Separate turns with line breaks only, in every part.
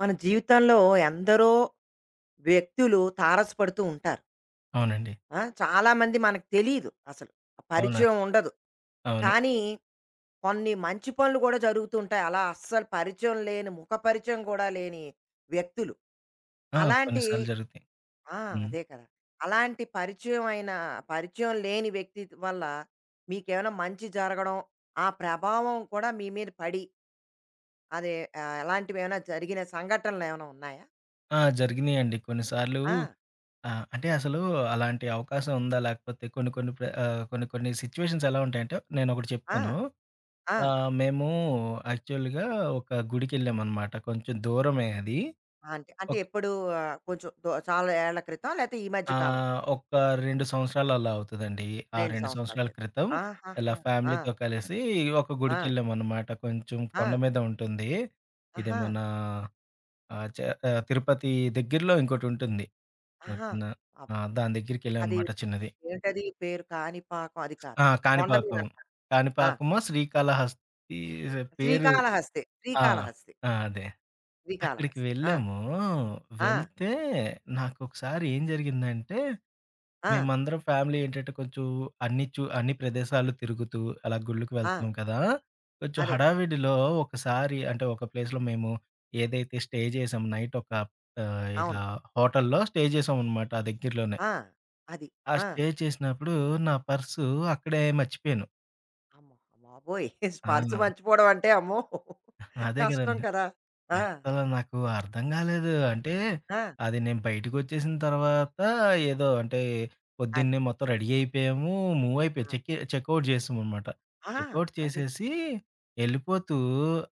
మన జీవితంలో ఎందరో వ్యక్తులు తారసపడుతూ ఉంటారు.
అవునండి.
చాలామంది మనకు తెలీదు అసలు. ఆ
అవునా?
పరిచయం ఉండదు.
అవును.
కానీ కొన్ని మంచి పనులు కూడా జరుగుతూ ఉంటాయి. అలా అస్సలు పరిచయం లేని, ముఖ పరిచయం కూడా లేని వ్యక్తులు.
ఆ! కొన్ని
అలాంటి
సార్లు జరుగుతాయి.
ఆ!
హ్మ్.
అదే కదా! అలాంటి పరిచయం అయిన పరిచయం లేని వ్యక్తి వల్ల మీకేమైనా మంచి జరగడం, ఆ ప్రభావం కూడా మీ మీద పడి, అదే అలాంటివేమైనా జరిగిన సంఘటనలేమైనా ఉన్నాయా?
ఆ! జరిగినాయండి. కొన్ని సార్లు
ఆ!
అంటే అసలు అలాంటి అవకాశం ఉందా? లేకపోతే కొన్ని కొన్ని కొన్ని కొన్ని సిట్యుయేషన్స్ ఎలా ఉంటాయంటే నేనొకటి
ఆ!
చెప్తాను.
ఆ!
మేము యాక్చువల్‌గా ఒక గుడికెళ్ళామనమాట. కొంచెం దూరమే అది.
అంటే అంటే
ఒక
ఎప్పుడు కొంచెం దొ చాలా ఏళ్ల క్రితం లేతే ఈ మధ్య కాలంలో
ఒక 2 సంవత్సరాలు అలా అవుతదండి. ఆ
2
2
సంవత్సరాల
సంవత్సరాల
క్రితం.
క్రితం ఇలా
ఆహాహా! ఆ!
ఫ్యామిలీతో కలిసి ఒక
ఆ!
గుడికెళ్ళామనమాట. కొంచెం కొండ
ఆ!
మీద ఉంటుంది. ఇది
ఆహా!
మన ఆ! చ తిరుపతి దగ్గరలో ఇంకోటుంటుంది. ఓహ్!
ఆహా!
కింద ఆ!
అబ్బా!
దాని
అది
దగ్గరికెళ్ళామనమాట చిన్నది.
ఏంటది పేరు? కాణిపాకం అది కాదు.
ఆ!
కొండ మీద
కాణిపాకం.
అంటారు. ఆ!
కాణిపాకమో, శ్రీకాళహస్తి పేరు
శ్రీకాళహస్తి.
ఆ!
శ్రీకాళహస్తి.
ఆ! అదే. అక్కడికి
శ్రీకాళహస్తి. ఆ!
వెళ్ళాము.
ఆ!
వెళ్తే నాకొకసారి ఏం జరిగిందంటే
ఆ!
మేమందరం ఫ్యామిలీ ఏంటంటే కొంచెం అన్ని ప్రదేశాలు తిరుగుతూ అలా గుళ్ళకి
ఆ!
వెళ్తున్నాం కదా! కొంచెం
అదే.
హడావిడిలో ఒకసారి అంటే ఒక ప్లేస్‌లో మేము ఏదైతే స్టే చేసామో నైట్ ఒక ఇలా
అవును.
హోటల్‌లో స్టే చేసామనమాట ఆ దగ్గరలోనే.
ఆ! అది.
ఆ
ఆ!
స్టే చేసినప్పుడు నా పర్సు అక్కడే మర్చిపోయాను.
అమ్మో! బాబోయ్!
ఆ!
స్పర్శ మర్చిపోవడం అంటే అమ్మో!
అదే
కష్టం
కదండీ.
కదా! ఆ!
అస్సల నాకు అర్థం గాలేదు. అంటే,
ఆ!
అది నేను బయటికొచ్చేసిన తర్వాత ఏదో అంటే,
అది.
పొద్దున్నే మొత్తం రెడీ అయిపోయాము. మూవ్ అయిపోయా
ఆ!
చెక్కి చెకౌట్ జేశామనమాట.
ఆ!
చెకౌట్
అది.
చేసేసి ఎళ్ళిపోతూ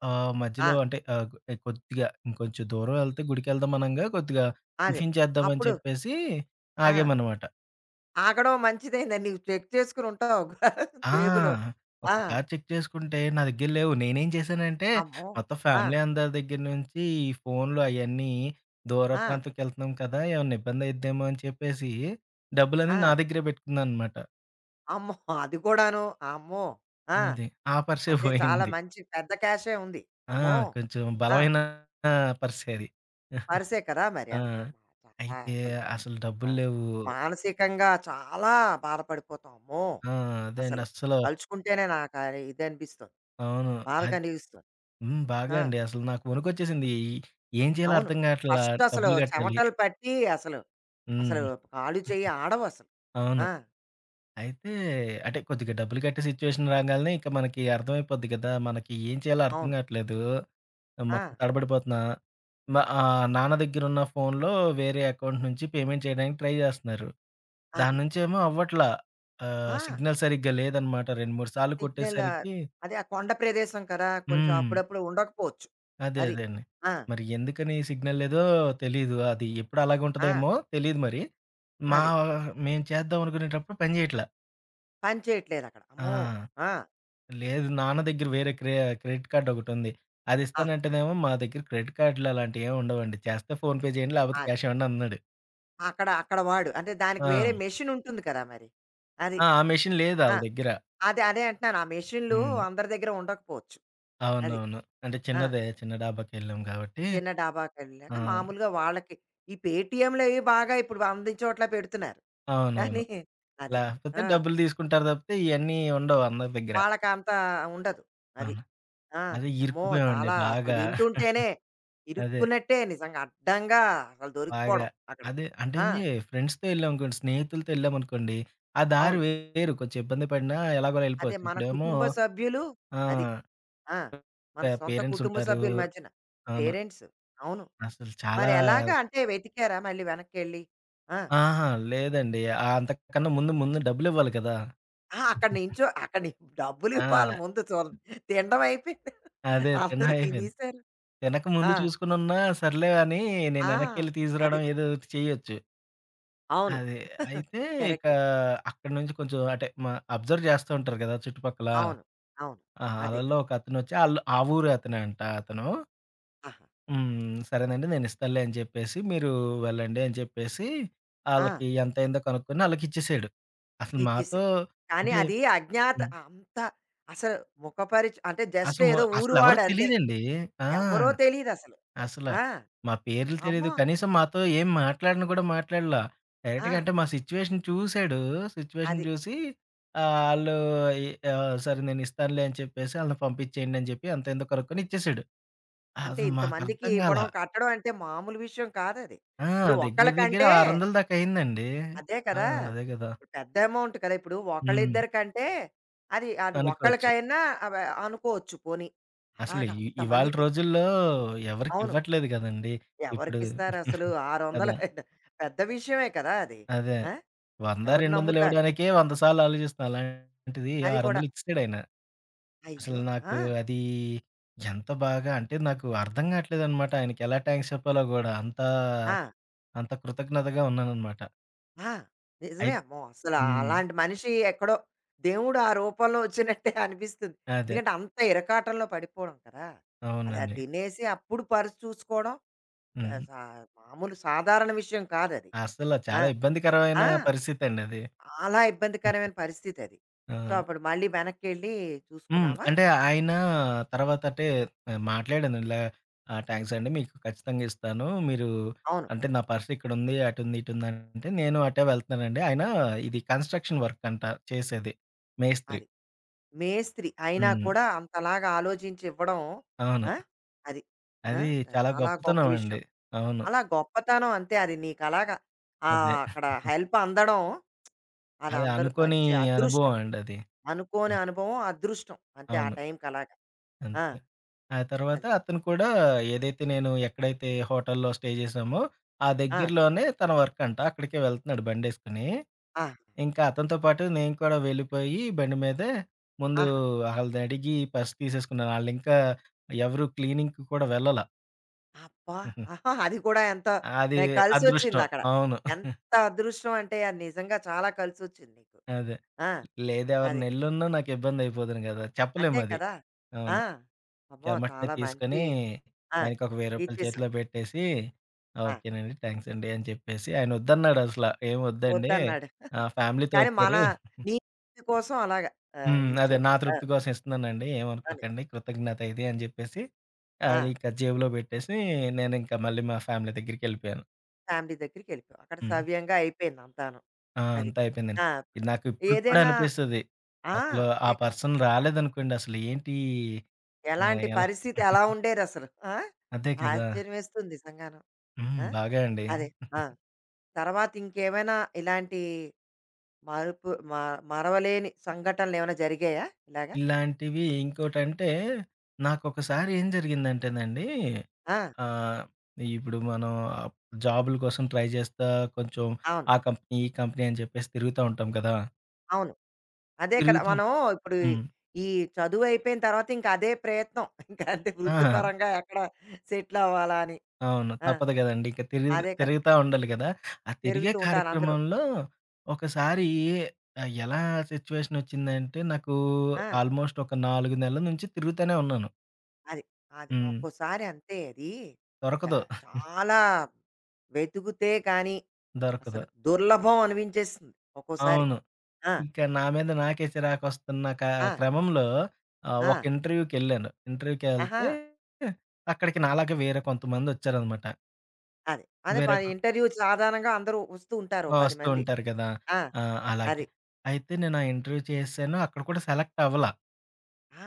ఆ!
మధ్యలో అంటే ఆహ్, కొ కొద్దిగా ఇంకొంచెం దూరం ఎళ్తే గుడికెళ్దాం అనంగా కొద్దిగా
అదే.
టిఫిన్ చేద్దామని
అప్పుడు
చెప్పేసి
ఆ!
ఆగామనమాట.
ఆగడం మంచిదేలే నీవు చెక్ చేసుకొని ఉంటావు
ఆ!
జేబులోని. ఆ!
ఒకసారి చెక్ చేసుకుంటే నా దగ్గర లేవు. నేనేం చేశానంటే
అమ్మో!
మొత్తం
ఆ!
ఫ్యామిలీ అందరి దగ్గర నుంచి ఈ ఫోన్‌లు అయన్నీ దూర
ఆ!
ప్రాంతంకెళ్తున్నాం కదా! ఏమన్నా ఇబ్బందయిద్దేమో అని చెప్పేసి డబ్బులన్నీ
ఆ!
నా దగ్గరే పెట్టుకున్నాననమాట.
అమ్మో! అది కూడాను. అమ్మో! ఆ!
అది. ఆ పర్సే
అంటే చాలా
పోయింది.
మంచి పెద్ద క్యాషే ఉంది.
ఆ!
అమ్మో!
కొంచెం
ఆ!
బలమైన పర్సే అది.
పర్సే కదా మరి.
ఆ!
అన్ అమ్మ! చాలా
అయితే
అసలు.
అసలు
ఆ!
డబ్బులు లేవు.
మానసికంగా చాలా బాధపడిపోతాం. అమ్మో!
ఆ! అదే అండి.
అసలు
అస్సలు
తలుచుకుంటేనే నాకు అది ఇదనిపిస్తుంది.
అవును.
బాధ
అది
కలిగిస్తుంది.
హ్మ్. బాగా
ఆ!
అండి. అసలు నాకు వణుకొచ్చేసింది. ఏం చేయాలో
అవును.
అర్థం కావట్లా
ఫస్ట్ అసలు
డబ్బులు కట్టాలి.
చెమటలు పట్టి అసలు అసలు
హ్మ్.
కాలు చెయ్యి ఆడవసలు.
అవును.
ఆ!
అయితే అంటే కొద్దిగా డబ్బులు కట్టే సిచ్యువేషన్ రాగాల్నే ఇక మనకి అర్థమైపోద్ది కదా! మనకి ఏం చేయాలో అర్థం
అవును.
గాట్లేదు.
ఆ!
మొత్తం తడబడిపోతున్నా. మ నాన్న దగ్గరున్న ఫోన్‌లో వేరే అకౌంట్ నుంచి పేమెంట్ చేయడానికి ట్రై జేస్తున్నారు. దాని
అది.
నుంచేమో అవ్వట్లా.
ఆ!
సిగ్నల్ సరిగ్గా లేదనమాట. 2, 3 సార్లు
సిగ్నల్
కొట్టేసరికి
అదే ఆ కొండ ప్రదేశం కదా! కొంచెం
హ్మ్.
అప్పుడప్పుడు ఉండకపోవచ్చు.
అదే.
అది.
అదే అండి.
ఆ!
మరి ఎందుకని సిగ్నల్ లేదో తెలీదు. అది ఎప్పుడు అలాగే
ఆ!
ఉంటదేమో తెలీదు మరి. మా
అదే.
మేము చేద్దాం అనుకునేటప్పుడు పని జేయట్లా.
పని చేయట్లేదక్కడ.
ఆ!
అమ్మో! ఆ!
లేదు. నాన్న దగ్గర వేరే క్రెడిట్ కార్డ్ ఒకటుంది. అది
ఆహా!
ఇస్తానంటేనేమో మా దగ్గర క్రెడిట్ కార్డ్‌లు అలాంటివి ఏమి ఉండవండి. చేస్తే ఫోన్‌పే చేయండి లేకపోతే
అదే.
క్యాష్ ఇవ్వండి అన్నాడు.
అక్కడ అక్కడ వాడు. అంటే దానికి
ఆ!
వేరే మెషీనుంటుంది కదా మరి. అది.
ఆ! ఆ మెషిన్ లేదు
ఆ!
ఆళ్ళ దగ్గర.
అదే. అదే అంటున్నాను. ఆ మెషీన్‌లు
హ్మ్.
అందరి దగ్గర ఉండకపోవచ్చు. అది.
అవునవును. అంటే
ఆ!
చిన్నదే చిన్న డాబాకెళ్ళాం కాబట్టి.
చిన్న
ఆ!
డాబాకెళ్ళాక మామూలుగా వాళ్ళకి ఈ పేటీఎంలు అవి బాగా ఇప్పుడు అందిన చోట్ల పెడుతున్నారు.
అవునవును.
కానీ అదే.
లేకపోతే
ఆ!
డబ్బులు తీసుకుంటారు తప్పితే ఇయన్నీ ఉండవు అందరి దగ్గర.
వాళ్ళకంత ఉండదు. అది.
అవును.
ఆ!
అదే
అమ్మో!
ఇరుక్కుపోయామండి
చాలా అసలు
బాగా.
వింటుంటేనే
అదే
ఇరుక్కున్నట్టే నిజంగా అడ్డంగా అసలు
బాగా.
దొరికిపోవడం అక్కడ.
అదే అంటే
ఆ!
ఫ్రెండ్స్‌తో ఎళ్ళామనుకోండి, స్నేహితులతో ఎళ్ళామనుకోండి, ఆ దారి
అవును.
వేరు కొంచెం ఇబ్బంది పడినా ఎలాగోలా
అదే
ఎళ్ళిపోవచ్చు.
మన
ఇప్పుడేమో
కుటుంబ సభ్యులు
ఆ!
అది. ఆ! మన సొంత కుటుంబ
పేరెంట్సుంటారు.
సభ్యుల మధ్యన.
అవును.
పేరెంట్స్. అవును.
అసలు చాలా
మరి ఎలాగా అంటే వెతికారా మళ్ళీ వెనక్కెళ్ళి? ఆ!
అహా! లేదండి. అంతకన్నా ముందు ముందు డబ్బులివ్వాలి కదా!
ఆ! అక్కడ నించో అక్కడ ని డబ్బులివ్వాలి
ఆ!
ముందు చూడ తినడం అయిపోయింది.
అదే తినడం
అందరూ
అయిపోయింది.
తినేసారు.
తినకముందు
ఆ!
చూసుకొనున్నా సర్లే అని నేను
ఆ!
ఎనక్కెళ్ళి
అది.
తీసుకురావడం ఏదో ఒకటి చేయొచ్చు.
అవును.
అదే. అయితే ఇక
కరెక్ట్.
అక్కడి నుంచి కొంచెం అంటే అబ్జర్వ్ చేస్తూ ఉంటారు కదా! చుట్టుపక్కల.
అవును. అవును.
ఆ!
అదే.
అలల్లో ఒకతనొచ్చి ఆళ్ళు ఆ ఊరు అతనే అంట అతను.
ఆహా!
హ్మ్. సరేనండి నేనిస్తానులే అని జెప్పేసి, మీరు వెళ్ళండి అని జెప్పేసి,
ఆ!
ఆళ్ళకి ఎంతయిందో కనుక్కొని ఆళ్ళకిచ్చేసాడు. అసలు మాతో
ఇచ్చేసాడు. కానీ
అంటే
అది అజ్ఞాత
హ్మ్.
అంత అసలు ముఖపరిచ అంటే జస్ట్
అసలు మ
ఏదో
అసలెవరో
ఊరువాడంతే.
తెలీదండి. ఆ!
ఎవరో తెలీదసలు.
అసల
ఆ!
మా పేర్లు తెలీదు.
అమ్మో!
కనీసం మాతో ఏం మాట్లాడను గూడా మాట్లాడలా.
ఆ!
డైరెక్ట్‌గా అంటే మా సిచ్యువేషన్ చూసాడు. సిచ్యువేషన్
అది.
చూసి ఆహ్, ఆళ్ళు ఈ ఆహ్, సరే నేనిస్తానులే అని చెప్పేసి ఆళ్ళని పంపించేయండి అని జెప్పి ఎంతయిందో కనుక్కొని ఇచ్చేసాడు.
అంటే
అసలు
ఇంతమందికి
మాకర్థం గాల.
ఇవ్వడం, కట్టడం అంటే మామూలు విషయం కాదది.
ఆ!
ఇప్పుడు
దగ్గర దగ్గర
ఒకళ్ళకంటే
600 దాకా అయిందండి.
అదే
ఆ!
కదా!
అదే గదా!
ఇప్పుడు పెద్ద అమౌంట్ కదా! ఇప్పుడు
హ్మ్.
ఒకళ్ళిద్దరికంటే అది అటు
అనుకోవచ్చు.
ఒక్కళ్ళకైనా అవ అనుకోవచ్చు పోనీ.
అసలు
అలాగా
ఇవాళ
అంతమందికి
రోజుల్లో ఎవరికీ
అవును.
ఇవ్వట్లేదు గదండీ. ఇప్పుడు
ఎవరికిస్తారసలు
కదా!
600 పెద్ద విషయమే కదా అది.
అదే.
ఆ!
100,
ఎవరు
200
నమ్ముతారు?
ఇవ్వడానికే 100 సార్లు ఆలోచిస్తున్నా. అలాంటిది
అది కూడా
600 ఇచ్చేసాడాయన. అసలు
అయ్యో!
నాకు
ఆ!
అది ఎంత బాగా అంటే నాకు అర్థం గాట్లేదనమాట. ఆయనకెలా థాంక్స్ చెప్పాలో గూడా. అంత,
ఆ!
అంత కృతజ్ఞతగా ఉన్నాననమాట.
ఆ!
అయి
నిజమే అమ్మో! అసలు
హ్మ్.
అలాంటి మనిషి ఎక్కడో దేవుడు ఆ రూపంలో వచ్చినట్టే అనిపిస్తుంది.
అదే.
ఎందుకంటే అంత ఇరకాటంలో పడిపోవడం కదా! అది ఆ
అవునండి.
తినేసి అప్పుడు పర్స్ చూసుకోవడం చ
హ్మ్.
సా మామూలు సాధారణ విషయం కాదది.
అసల
ఆ!
చాలా ఇబ్బందికరమైన
ఆ!
పరిస్థితండి అది.
చాలా ఇబ్బందికరమైన పరిస్థితది. సో,
అవును.
అప్పుడు మళ్ళీ వెనక్కెళ్ళి
హ్మ్.
చూసుకున్నావా?
అంటే ఆయన తర్వాత అంటే ఆ, మాట్లాడాను ఇలా టాక్స్ అండి మీకు ఖచ్చితంగా ఇస్తాను. మీరు
అవును.
అంటే నా పర్స్ ఇక్కడుంది, అటుంది, ఇటుంది అంటే నేను అటే వెళ్తున్నానండి. ఆయన ఇది కన్‌స్ట్రక్షన్ వర్క్ అంట చేసేది. మేస్త్రి.
అది. మేస్త్రి అయినా
హ్మ్.
కూడా అంతలాగా ఆలోచించి ఇవ్వడం
అవును.
ఆ! అది. ఆ!
అది చాలా
చాలా గొప్ప
గొప్పతనం
విషయం.
అండి. అవును.
చాలా గొప్పతనం అంతే అది నీకలాగా
అదే.
అక్కడ హెల్ప్ అందడం అది
అది
అందరూ
అనుకోని
మంచి
అనుభవం
అదృష్టం.
అండి అది.
అనుకోని అనుభవం, అదృష్టం. అంతే ఆ
అవును.
టైంకలాగా. ఆ!
అంతే. ఆ తర్వాత
అది.
అతను కూడా ఏదైతే నేను ఎక్కడైతే హోటల్‌లో స్టే చేసామో, ఆ
ఆ!
దగ్గరలోనే తన వర్క్ అంట. అక్కడికే వెళ్తున్నాడు బండేసుకొని.
ఆహా!
ఇంకా అతనితో పాటు నేను కూడా వెళ్ళిపోయి బండి మీదే ముందు
ఆహా!
ఆళ్ళని అడిగి పర్స్ తీసేసుకున్నాను. ఆళ్ళింకా ఎవరు క్లీనింగ్‌కి కూడా వెళ్ళల.
అబ్బా!
హుహు.
ఆహా! అది కూడా ఎంత
అది
ఎ
అదృష్టం.
కలిసొచ్చిందక్కడ.
అవును.
ఎంత అదృష్టం అంటే అది నిజంగా చాలా కలిసొచ్చింది నీకు.
అదే.
ఆ! అది.
లేదెవరైనా ఎళ్ళున్నా నాకు ఇబ్బందయిపోదును గదా!
అంతే
చెప్పలేమది.
కదా!
అవును.
ఆ! అమ్మో!
ఎమ్మటనే
చాలా
తీసుకొని
మంచి ఆ!
ఆయనకి ఒక రూ. 1000
ఇచ్చేసావు.
చేతిలో పెట్టేసి,
ఆ!
"ఓకేనండి. థాంక్స్ అండి" అని చెప్పేసి ఆయన వద్దన్నాడు అసల. "ఏం వద్దండి.
వద్దన్నాడు.
ఫ్యామిలీతో
కానీ మన
వచ్చారు.
నీ కోసం అలాగా
హ్మ్. అదే
ఇచ్చావు.
నా
ఆ!
తృప్తి కోసం ఇస్తున్నానండి.
అది.
ఏమనుకోకండి. కృతజ్ఞత ఇది" అని చెప్పేసి
ఆ!
అది ఇంకా జేబులో పెట్టేసి నేనింకా మళ్ళీ మా ఫ్యామిలీ దగ్గరికెళ్ళిపోయాను.
ఫ్యామిలీ దగ్గరికెళ్ళిపోయావు. అక్కడ
హ్మ్.
సవ్యంగా అయిపోయింది అంతాను.
ఆ!
అది.
అంతా అయిపోయిందండి.
ఆ! ఇప్పుడు
ఇది నాకు ఇప్పటికి కూడా
ఏదైనా
అనిపిస్తది.
ఆ!
అసలు ఆ
అంతే కదా!
పర్సన్ రాలేదనుకోండి అసలు ఏంటి
ఎలాంటి
ఎలా
పరిస్థితి ఎలా ఉండేదసలు? ఆ!
అదే కదా!
ఆశ్చర్యమేస్తుంది నిజంగాను.
హ్మ్.
ఆ!
బాగా అండి.
అదే. ఆ! తర్వాత ఇంకేమైనా ఇలాంటి మరుపు మ మరవలేని సంఘటనలేమైనా జరిగాయా ఇలాగ?
ఇలాంటివి ఇంకోటంటే, నాకొకసారి ఏం జరిగిందంటేనండి,
ఆ!
ఆహ్, ఇప్పుడు మనం జాబుల కోసం ట్రై చేస్తా కొంచెం
అవును.
ఆ కంపెనీ, ఈ కంపెనీ అని చెప్పేసి తిరుగుతా ఉంటాం కదా!
అవును. అదే కదా!
తిరుగుతాం
మనం ఇప్పుడు
హ్మ్.
ఈ చదువయిపోయిన తర్వాత ఇంక అదే ప్రయత్నం. ఇంక అంతే
ఆ!
వృత్తిపరంగా ఎక్కడ సెటిల్ అవ్వాలా అని.
అవును.
ఆ!
తప్పదు కదండీ. ఇక
అదే కదా!
తిరుగుతా ఉండాలి కదా! ఆ తిరిగే
పెరుగుతూ ఉండాలి అందరూ.
కార్యక్రమంలో ఒకసారి ఎలా సిచ్యువేషనొచ్చిందంటే, నాకు
ఆ!
ఆల్మోస్ట్ ఒక 4 నెలల నుంచి తిరుగుతానే ఉన్నాను.
అది. అది.
హ్మ్.
ఒక్కోసారి అంతే అది. గ
దొరకదు.
చాలా వెతుకుతే కానీ
దొరకదు.
అసలు దుర్లభం అనిపించేస్తుంది ఒక్కోసారి.
అవును.
ఆ!
ఇంకా నా మీద నాకే చిరాకొస్తున్న
ఆ!
క్రమంలో
ఆ!
ఒక ఇంటర్వ్యూకెళ్ళాను.
ఆహా!
ఇంటర్వ్యూకెళ్తే అక్కడికి నాలాగా వేరే కొంతమందొచ్చారనమాట.
అది. అదే
వేరే
మరి
కొ
ఇంటర్వ్యూ సాధారణంగా అందరూ వస్తూ ఉంటారు.
ఆ!
ఓ 10
వస్తూ
మంది.
ఉంటారు కదా!
ఆ!
ఆ! అలాగే.
అది.
అయితే నేను ఆ ఇంటర్వ్యూ చేశాను. అక్కడ కూడా సెలెక్ట్ అవ్వలా.
ఆ!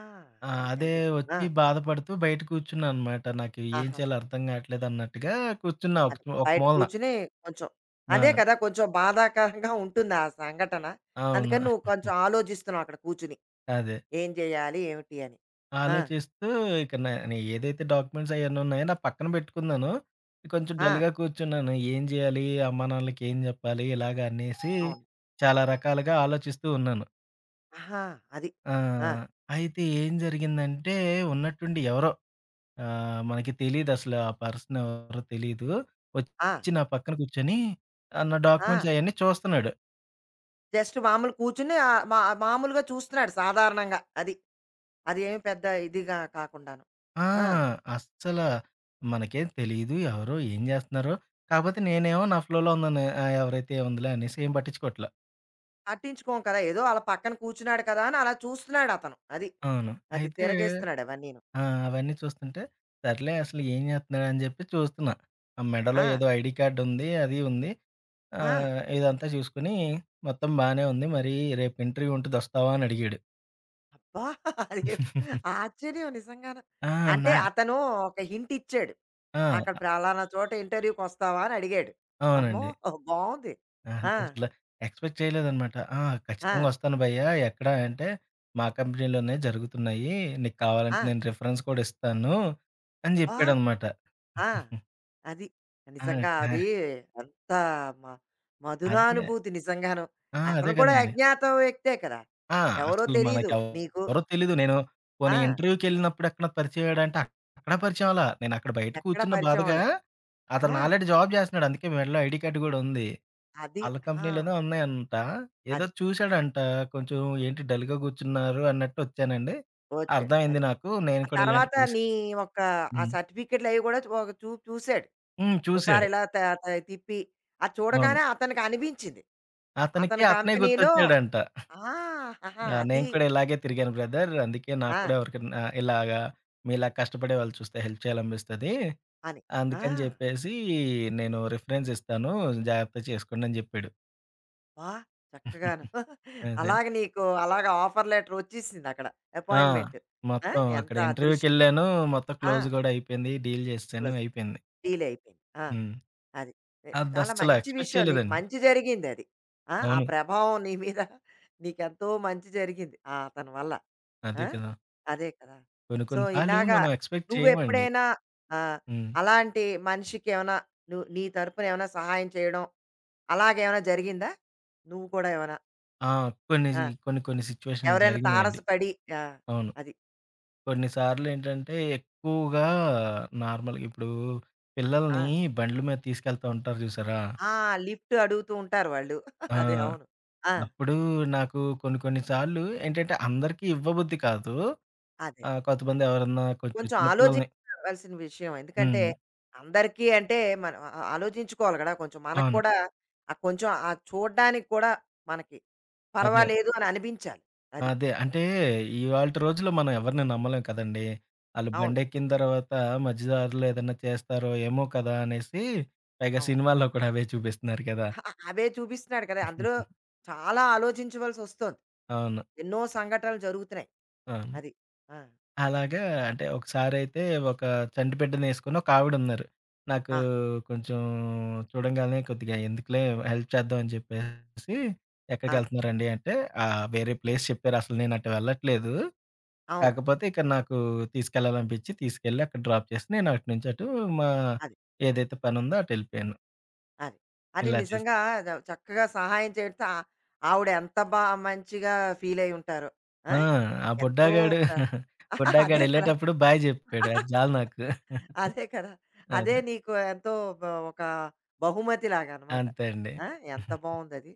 ఆ!
అది.
అదే
అయ్యో! ఆ!
వచ్చి బాధపడుతూ బయట కూర్చున్నాననమాట. నాకు ఏం
ఆహాహా!
చేయాలో అర్థం కావట్లేదు అన్నట్టుగా కూర్చున్నా ఒక
అది.
ఒక
బయట
మూలన.
కూర్చొని కొంచెం
ఆ!
అదే కదా! కొంచెం బాధాకరంగా ఉంటుంది ఆ సంఘటన.
అవును.
అందుకని నువ్వు కొంచెం ఆలోచిస్తున్నావు అక్కడ కూర్చొని.
అదే.
ఏం చేయాలి? ఏమిటి అని? ఆ!
ఆలోచిస్తూ ఇక నే నే ఏదైతే డాక్యుమెంట్స్ అయన్నీ ఉన్నాయో నా పక్కన పెట్టుకున్నాను. కొంచెం
ఆ!
డల్‌గా కూర్చున్నాను. ఏం జేయాలి? అమ్మానాన్నలకి ఏం జెప్పాలి? ఇలాగ అనేసి
అవును.
చాలా రకాలుగా ఆలోచిస్తూ ఉన్నాను.
ఆహా! అది.
ఆ!
ఆ!
అయితే ఏం జరిగిందంటే ఉన్నట్టుండి ఎవరో మనకి తెలీదసలు ఆ పర్సన్ ఎవరో తెలీదు.
ఆ!
ఒచ్చి నా పక్కన కూర్చొని నా
ఆ!
డాక్యుమెంట్స్ అయన్నీ చూస్తున్నాడు.
జస్ట్ మామూలు కూర్చుని మా మామూలుగా చూస్తున్నాడు సాధారణంగా. అది. అది ఏమి పెద్ద ఇదిగా కాకుండాను.
ఆ!
ఆ!
అస్సల మనకేం తెలీదు. ఎవరో ఏం జేస్తున్నారో. కాపోతే నేనేమో నా ఫ్లోలో ఉన్నాను. ఆ! ఎవరైతే ఏముందిలే అనేసి ఏం పట్టించుకోవట్ల.
పట్టించుకోం కదా! ఏదో అలా పక్కన కూర్చున్నాడు కదా! అని అలా చూస్తున్నాడతను. అది.
అవును.
అది
అయితే
తిరగేస్తున్నాడు అవన్నీను.
ఆ! అవన్నీ చూస్తుంటే సర్లే అసలు ఏం జేస్తున్నాడు అని జెప్పి చూస్తున్నా. ఆ మెడలో
ఆ!
ఏదో ఐడీ కార్డ్ ఉంది. అది ఉంది.
ఆ!
ఇదంతా చూసుకొని మొత్తం బానే ఉంది. మరి రేపు ఇంటర్వ్యూ ఉంటది వస్తావా? అని అడిగాడు.
అబ్బా! అదే ఆశ్చర్యం నిజంగాను.
ఆ!
అంటే
నా
అతను ఒక హింట్ ఇచ్చాడు. అక్కడ
ఆ!
పలానా చోట ఇంటర్వ్యూకొస్తావా అని అడిగాడు. అమ్మో!
అవునండి.
బావుంది. ఆ!
అంటే అసల ఎక్స్‌పెక్ట్ చేయలేదనమాట. ఆ! ఖచ్చితంగా
ఆ!
వస్తాను భయ్యా ఎక్కడ అంటే, మా కంపెనీలోనే జరుగుతున్నాయి. నీకు కావాలంటే
ఆ!
నేను రిఫరెన్స్ కూడా ఇస్తాను అని
ఆ!
జెప్పాడనమాట.
ఆ! అది.
ఆ!
నిజంగా
ఆ!
అది ఎంత మ
అదే.
మధురానుభూతి నిజంగాను.
ఆ! అదే
అతను కూడా
గదండీ.
అజ్ఞాత వ్యక్తే కదా!
ఆ!
ఎవరో
అసలు
తెలీదు నీకు.
మనకెవ్వరో తెలీదు. నేను పోనీ
ఆ!
ఇంటర్వ్యూకెళ్ళినప్పుడు ఎక్కడ పరిచయమయ్యాడంటే అక్కడ పరిచయం అవ్వలా. నేనక్కడ బయట
ఎక్కడ
కూర్చున్న
పరిచయం
బాధగా
అవ్వలే.
అతను
ఆ!
ఆల్రెడీ జాబ్ జేస్తున్నాడు. అందుకే మెడలో ఐడీ కార్డ్ గూడా ఉంది.
అది.
ఆళ్ళ
ఆ!
కంపెనీలోనే ఉన్నాయంట. ఏదో
అది.
చూసాడంట. కొంచెం ఏంటి డల్‌గా కూర్చున్నారు అన్నట్టు వచ్చానండి.
వచ్చాడు.
అర్థమైంది
అది.
నాకు. నేను
ఆ
కూడా ఇలాంటి
తర్వాత
పరిస్థి
నీ యొక్క ఆ
హ్మ్.
సర్టిఫికేట్‌లయి కూడా చు ఒక చూపు చూసాడు.
హ్మ్.
ఓసారి
చూసాడు.
ఇలా త త తిప్పి అది
అవును.
చూడగానే అతనికి అనిపించింది.
అతనికి
అతని
అతనే
కంపెనీలో
గుర్తొచ్చాడంట.
ఆ! ఆహా!
ఆ! నేను
అది.
కూడా ఇలాగే తిరిగాను బ్రదర్. అందుకే నాకు
ఆ!
కూడా ఎవరికన్నా ఇలాగా మీలా కష్టపడే వాళ్ళు చూస్తే హెల్ప్ చేయాలనిపిస్తది.
అని. ఆ!
అందుకని జెప్పేసి నేను రిఫరెన్స్ ఇస్తాను. జాగ్రత్త చేసుకోండి అని జెప్పాడు.
ఆ! చక్కగాను.
అదే.
అలాగ నీకు అలాగ ఆఫర్ లెటర్ వచ్చేసింది అక్కడ.
ఆ!
అపాయింట్‌మెంట్. ఆ!
మొత్తం అక్కడ
ఎంత అదృష్టం.
ఇంటర్వ్యూకెళ్ళాను. మొత్తం
ఆ!
క్లోజ్ గూడా అయిపోయింది. డీల్ జేసేసాను.
ప్లస్
అయిపోయింది.
డీల్ అయిపోయింది. ఆ!
హ్మ్.
అది. ఎ చాలా
అదస్సల
మంచి
ఎక్స్‌పెక్ట్
విషయం. నీకు
చేయలేదండి.
మంచి జరిగిందది. ఆ! ఆ
అవును.
ప్రభావం నీ మీద నీకెంతో మంచి జరిగింది. ఆ! అతని వల్ల.
అదే
ఆ!
కదా!
అదే కదా!
కొన్ని
సో,
కొన్ని సార్లు
ఇలాగా
మనం ఎక్స్‌పెక్ట్ చేయమండి.
నువ్వెప్పుడైనా ఆహ్,
హ్మ్.
అలాంటి మనిషికేమైనా నువ్వు నీ తరపున ఏమైనా సహాయం చేయడం అలాగేమైనా జరిగిందా? నువ్వు కూడా ఏమైనా?
ఆ! కొన్ని
ఆ!
కొన్ని కొన్ని సిట్యుయేషన్‌లు
ఎవరైనా
జరిగినాయండి.
తారసపడి ఆ!
అవును.
అది.
కొన్ని సార్లేంటంటే ఎక్కువగా నార్మల్‌గా ఇప్పుడు
ఆ!
పిల్లల్ని బండ్ల మీద తీసుకెళ్తా ఉంటారు చూసారా?
ఆ! లిఫ్ట్ అడుగుతూ ఉంటారు వాళ్ళు.
ఆ!
అదే అవును. ఆ!
అప్పుడు నాకు కొన్ని కొన్ని సార్లు ఏంటంటే అందరికీ ఇవ్వబుద్ధి కాదు.
అదే.
కొంతమంది
అదే.
ఎవరన్నా కొంచెం
కొంచెం
చిన్న పిల్లల్ని
ఆలోచించవలసిన విషయం. ఎందుకంటే
హ్మ్.
అందరికీ అంటే మనం ఆ ఆలోచించుకోవాలి గదా! కొంచెం మనకు
అవును.
కూడా ఆ కొంచెం ఆ చూడ్డానికి కూడా మనకి
అదే.
పర్వాలేదు అని అనిపించాలి. అది.
అదే. అంటే ఇవాల్టి రోజుల్లో మనం ఎవరిని నమ్మలేం కదండీ. ఆళ్ళు
అవును.
బండెక్కిన తర్వాత మధ్య దారిలో ఏదన్నా చేస్తారో ఏమో కదా! అనేసి పైగా
అవును.
సినిమాల్లో కూడా అవే చూపిస్తున్నారు కదా!
ఆ- అవే చూపిస్తున్నాడు కదా! అందులో చాలా ఆలోచించవలసొస్తోంది.
అవును.
ఎన్నో సంఘటనలు జరుగుతున్నాయి.
అవును.
అది. ఆ!
అలాగా అంటే ఒకసారైతే ఒక చంటి బిడ్డనేసుకొని ఒక ఆవిడున్నారు. నాకు
ఆ!
కొంచెం చూడంగానే కొద్దిగా ఎందుకులే హెల్ప్ చేద్దాం అని చెప్పేసి,
అది.
"ఎక్కడికెళ్తున్నారండి" అంటే, "ఆ! వేరే ప్లేస్ చెప్పారు. అసలు నేనటు వెళ్ళట్లేదు."
అవును.
కాకపోతే ఇక నాకు తీసుకెళ్ళాలనిపించి తీసుకెళ్ళి అక్కడ డ్రాప్ చేసి నేను అటు నుంచి అటు మా
అది.
ఏదైతే పనుందో అటు వెళ్ళిపోయాను.
అది. అది
ఇలా చేసి
నిజంగా ద చక్కగా సహాయం చేస్తే ఆ ఆవిడ ఎంత బా మంచిగా ఫీలయ్యుంటారో. ఆ!
ఆ! ఆ
ఎంతో
బుడ్డాగాడు
ప్ర
బుడ్డాగాడు
అదే కదా!
ఎళ్ళేటప్పుడు బాయ్ జెప్పాడు. అది చాలు నాకు.
అదే కదా! అదే
అదే.
నీకు ఎంతో బ ఒక బహుమతిలాగా అనమాట.
అంతే అండి.
ఆ! ఎంత బావుందది.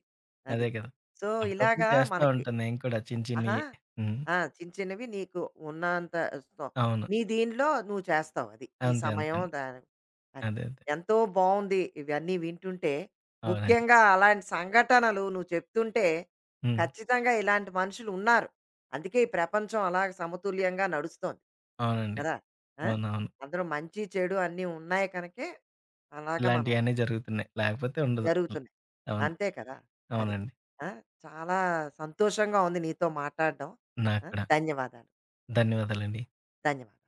అది.
అదే
అది
కదా!
సో,
అప్పుడప్పుడు
ఇలాగా
చేస్తా
మనకి
ఉంటాను నేను కూడా చిన్న
ఆహా!
చిన్నయి. హ్మ్.
ఆ! చిన్న చిన్నవి నీకు ఉన్నంత సో,
అవును.
నీ దీనిలో నువ్వు చేస్తావు అది. నీ
అంతే. అంతే.
సమయం
అండి.
దాని అది.
అదే. అదే.
ఎంతో బావుంది ఇవన్నీ వింటుంటే.
అవునండి.
ముఖ్యంగా అలాంటి సంఘటనలు నువ్వు చెప్తుంటే,
హ్మ్.
ఖచ్చితంగా ఇలాంటి మనుషులున్నారు. అందుకే ఈ ప్రపంచం అలాగ సమతుల్యంగా నడుస్తోంది.
అవునండి.
కదా! ఆ!
అవునవును.
అందులో మంచి చెడు అన్నీ ఉన్నాయి కనుకే అలాగ మనం
ఇలాంటియన్నీ జరుగుతున్నాయి. లేకపోతే ఉండదు అసలు.
జరుగుతున్నాయి.
అవును.
అంతే కదా! అది.
అవునండి.
ఆ! చాలా సంతోషంగా ఉంది నీతో మాట్లాడడం.
నాకు
ఆ!
కూడా.
ధన్యవాదాలు.
ధన్యవాదాలండి.
ధన్యవాదాలు.